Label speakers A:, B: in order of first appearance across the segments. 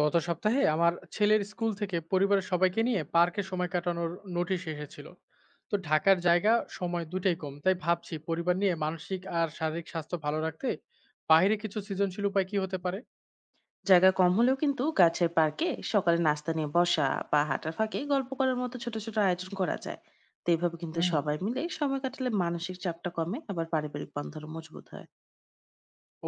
A: গত সপ্তাহে আমার ছেলের স্কুল থেকে পরিবারের সবাইকে নিয়ে পার্কে সময় কাটানোর নোটিশ এসেছিল। তো ঢাকার জায়গা সময় দুটাই কম, তাই ভাবছি পরিবার নিয়ে মানসিক আর শারীরিক স্বাস্থ্য ভালো রাখতে বাইরে কিছু সৃজনশীল উপায় কি হতে পারে?
B: জায়গা কম হলেও কিন্তু গাছের পার্কে সকালে নাস্তা নিয়ে বসা বা হাঁটার ফাঁকে গল্প করার মতো ছোট ছোট আয়োজন করা যায়। তো এইভাবে কিন্তু
A: হুম।
B: সবাই মিলে সময় কাটালে মানসিক চাপটা কমে, আবার পারিবারিক বন্ধনও মজবুত হয়।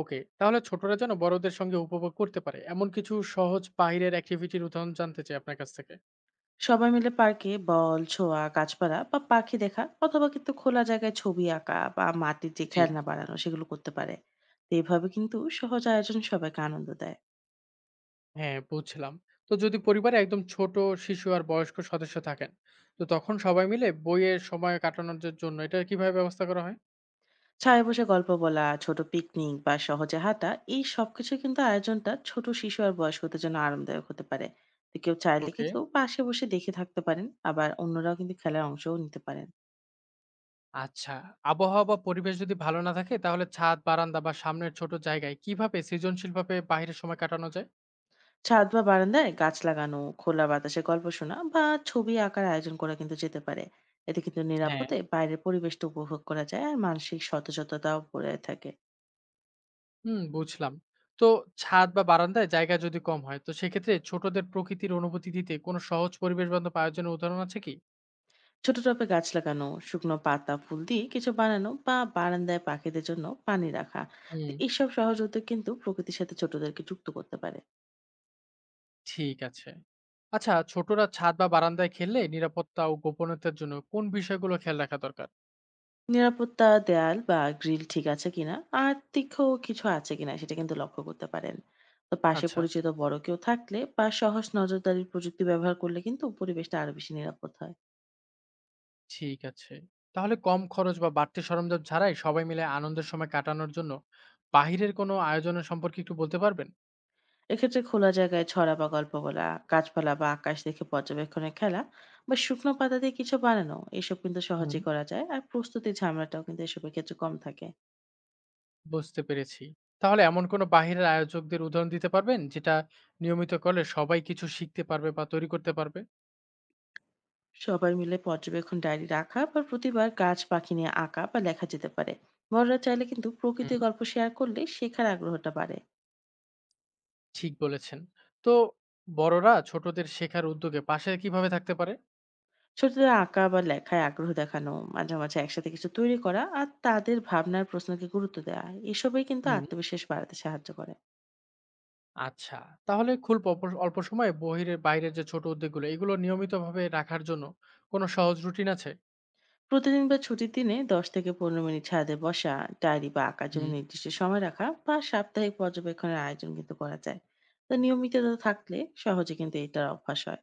A: ওকে, তাহলে ছোটরা যেন বড়দের সঙ্গে উপভোগ করতে পারে এমন কিছু সহজ বাইরের অ্যাক্টিভিটির উদাহরণ জানতে চাই আপনার কাছ থেকে।
B: সবাই মিলে পার্কে বল ছোঁয়া, গাছপালা বা পাখি দেখা, অথবা কিন্তু খোলা জায়গায় ছবি আঁকা বা মাটির যে
A: জি।
B: খেলনা বানানো সেগুলো করতে পারে। তো এইভাবে কিন্তু সহজ আয়োজন সবাইকে আনন্দ দেয়।
A: হ্যাঁ, বুঝলাম। তো যদি পরিবারে একদম ছোট শিশু আর বয়স্ক সদস্য থাকেন, তো তখন সবাই মিলে বইয়ের সময় কাটানোর যে জন্য এটা কিভাবে ব্যবস্থা করা হয়?
B: ছায়ে বসে গল্প বলা, ছোট পিকনিক বা সহজে হাঁটা, এই সবকিছু কিন্তু আয়োজনটা ছোট শিশু আর বয়স্কদের জন্য আরামদায়ক হতে পারে। তো কেউ চাইলে
A: ওকে।
B: কিন্তু পাশে বসে দেখে থাকতে পারেন, আবার অন্যরাও কিন্তু খেলার অংশও নিতে পারেন।
A: আচ্ছা, আবহাওয়া বা পরিবেশ যদি ভালো না থাকে তাহলে ছাদ, বারান্দা বা সামনের ছোট জায়গায় কিভাবে সৃজনশীলভাবে বাইরে সময় কাটানো যায়?
B: ছাদ বা বারান্দায় গাছ লাগানো, খোলা বাতাসে গল্প শোনা বা ছবি আঁকার আয়োজন করা কিন্তু যেতে পারে। এতে কিন্তু
A: হ্যাঁ।
B: নিরাপদে বাইরের পরিবেশটা উপভোগ করা যায় আর মানসিক সতেজতাও বজায় থাকে।
A: বুঝলাম। তো ছাদ বা বারান্দায় জায়গা যদি কম হয় তো সেক্ষেত্রে ছোটদের প্রকৃতির অনুভূতি দিতে কোনো সহজ পরিবেশ বান্ধব আয়োজনের উদাহরণ আছে কি?
B: ছোট টবে গাছ লাগানো, শুকনো পাতা ফুল দিয়ে কিছু বানানো বা বারান্দায় পাখিদের জন্য পানি রাখা, তো
A: হুম,
B: এইসব সহজ উদ্যোগ কিন্তু প্রকৃতির সাথে ছোটদেরকে যুক্ত করতে পারে।
A: ঠিক আছে। আচ্ছা, ছোটরা ছাদ বা বারান্দায় খেললে নিরাপত্তা ও গোপনীয়তার জন্য কোন বিষয়গুলো খেয়াল রাখা দরকার?
B: নিরাপত্তা দেয়াল বা গ্রিল ঠিক আছে কিনা, আর তীক্ষ্ণ কিছু আছে কিনা সেটা কিন্তু লক্ষ্য করতে পারেন। তো পাশে
A: আচ্ছা।
B: পরিচিত বড় কেউ থাকলে বা সহজ নজরদারির প্রযুক্তি ব্যবহার করলে কিন্তু পরিবেশটা আরো বেশি নিরাপদ হয়।
A: ঠিক আছে। তাহলে কম খরচ বা বাড়তি সরঞ্জাম ছাড়াই সবাই মিলে আনন্দের সময় কাটানোর জন্য বাহিরের কোনো আয়োজনের সম্পর্কে একটু বলতে পারবেন?
B: এক্ষেত্রে খোলা জায়গায় ছড়া বা গল্প বলা, গাছপালা বা আকাশ দেখে পর্যবেক্ষণের খেলা, বা শুকনো পাতা দিয়ে কিছু বানানো, এসব কিন্তু সহজে
A: হুম।
B: করা যায় আর প্রস্তুতি ঝামেলাটাও কিন্তু এসবের ক্ষেত্রে কম থাকে।
A: বুঝতে পেরেছি। তাহলে এমন কোনো বাহিরের আয়োজকদের উদাহরণ দিতে পারবেন, যেটা নিয়মিত করলে সবাই কিছু শিখতে পারবে বা তৈরি করতে পারবে?
B: সবাই মিলে পর্যবেক্ষণ ডায়েরি রাখা বা প্রতিবার গাছ পাখি নিয়ে আঁকা বা লেখা যেতে পারে। বড়রা চাইলে কিন্তু প্রকৃতির
A: হুম।
B: গল্প শেয়ার করলে শেখার আগ্রহটা বাড়ে।
A: ঠিক বলেছেন। তো বড়রা ছোটদের শেখার উদ্যোগে পাশে কিভাবে থাকতে পারে?
B: ছোটদের আঁকা বা লেখায় আগ্রহ দেখানো, মাঝে মাঝে একসাথে কিছু তৈরি করা আর তাদের ভাবনার প্রশ্নকে গুরুত্ব দেওয়া, এসবই কিন্তু
A: হুম।
B: আত্মবিশ্বাস বাড়াতে সাহায্য করে।
A: আচ্ছা, তাহলে খুব অল্প সময়ে বাইরের যে ছোট উদ্যোগগুলো এগুলো নিয়মিতভাবে রাখার জন্য কোনো সহজ রুটিন আছে?
B: প্রতিদিন বা ছুটির দিনে ১০ থেকে ১৫ মিনিট ছাদে বসা, ডায়েরি বা আঁকার জন্য
A: হুম।
B: নির্দিষ্ট সময় রাখা বা সাপ্তাহিক পর্যবেক্ষণের আয়োজন কিন্তু করা যায়। তো নিয়মিততা থাকলে সহজে কিন্তু এটার অভ্যাস হয়।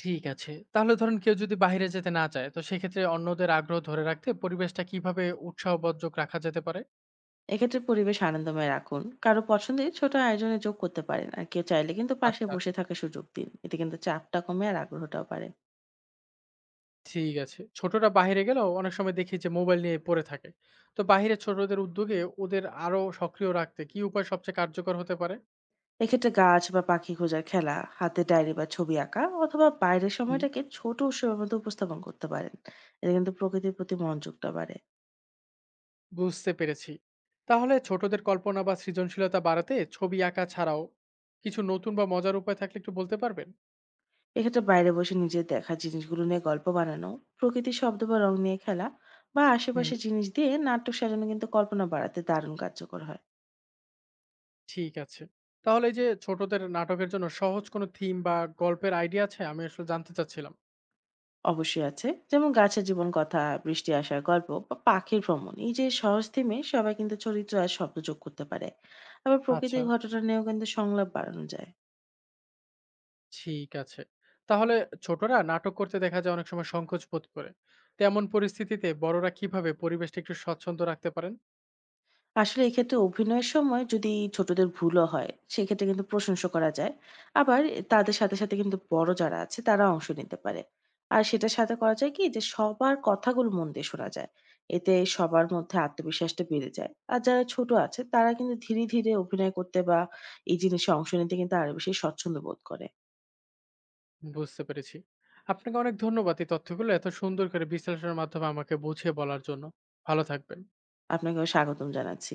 A: ঠিক আছে। তাহলে ধরেন কেউ যদি বাইরে যেতে না চায়, তো সেক্ষেত্রে অন্যদের আগ্রহ ধরে রাখতে পরিবেশটা কিভাবে উৎসাহবর্ধক রাখা যেতে পারে?
B: এক্ষেত্রে পরিবেশ আনন্দময় রাখুন। কারো পছন্দের ছোট আয়োজনে যোগ করতে পারেন। আর কেউ চাইলে কিন্তু পাশে
A: আচ্ছা।
B: বসে থাকার সুযোগ দিন। এতে কিন্তু চাপটা কমে আর আগ্রহটাও বাড়ে।
A: ঠিক আছে। ছোটরা বাইরে গেলেও অনেক সময় দেখি যে মোবাইল নিয়ে পড়ে থাকে। তো বাইরের ছোটদের উদ্যোগে ওদের আরো সক্রিয় রাখতে কি উপায় সবচেয়ে কার্যকর হতে পারে?
B: এক্ষেত্রে গাছ বা পাখি খোঁজার খেলা, হাতে ডায়েরি বা ছবি আঁকা, অথবা বাইরের
A: জি।
B: সময়টাকে ছোট উৎসবের মধ্যে উপস্থাপন করতে পারেন। এতে কিন্তু প্রকৃতির প্রতি মনোযোগটা বাড়ে।
A: বুঝতে পেরেছি। তাহলে ছোটদের কল্পনা বা সৃজনশীলতা বাড়াতে ছবি আঁকা ছাড়াও কিছু নতুন বা মজার উপায় থাকলে একটু বলতে পারবেন?
B: এক্ষেত্রে বাইরে বসে নিজের দেখা জিনিসগুলো নিয়ে গল্প বানানো, প্রকৃতির শব্দ বা রং নিয়ে খেলা, বা
A: হুম।
B: আশেপাশের জিনিস দিয়ে নাটক সাজানো কিন্তু কল্পনা বাড়াতে দারুণ কার্যকর হয়।
A: ঠিক আছে। তাহলে এই যে ছোটদের নাটকের জন্য সহজ কোনো থিম বা গল্পের আইডিয়া আছে? আমি আসলে জানতে চাচ্ছিলাম।
B: অবশ্যই আছে, যেমন গাছের জীবন কথা, বৃষ্টি আসার গল্প বা পাখির ভ্রমণ। এই যে সহজ থিমে সবাই কিন্তু চরিত্র আর শব্দ যোগ করতে পারে। আবার
A: আচ্ছা,
B: প্রকৃতির ঘটনা নিয়েও কিন্তু সংলাপ বাড়ানো যায়।
A: ঠিক আছে। তাহলে ছোটরা নাটক করতে দেখা যায় অনেক সময় সংকোচ বোধ করে। তেমন পরিস্থিতিতে বড়রা কিভাবে পরিবেশটা একটু স্বচ্ছন্দ রাখতে পারেন?
B: আসলে এক্ষেত্রে অভিনয়ের সময় যদি ছোটদের ভুলও হয়, সেক্ষেত্রে কিন্তু প্রশংসা করা যায়। আবার
A: হ্যাঁ।
B: তাদের সাথে সাথে কিন্তু বড় যারা আছে তারা অংশ নিতে পারে, আর সেটার সাথে করা যায় কি যে সবার কথাগুলো মন দিয়ে শোনা যায়। এতে সবার মধ্যে আত্মবিশ্বাসটা বেড়ে যায় আর যারা ছোট আছে তারা কিন্তু ধীরে ধীরে অভিনয় করতে বা এই জিনিসে অংশ নিতে কিন্তু আরো বেশি স্বচ্ছন্দ বোধ করে।
A: বুঝতে পেরেছি। আপনাকে অনেক ধন্যবাদ এই তথ্যগুলো এত সুন্দর করে বিশ্লেষণের মাধ্যমে আমাকে বুঝিয়ে বলার জন্য। ভালো থাকবেন।
B: আপনাকেও স্বাগতম জানাচ্ছি।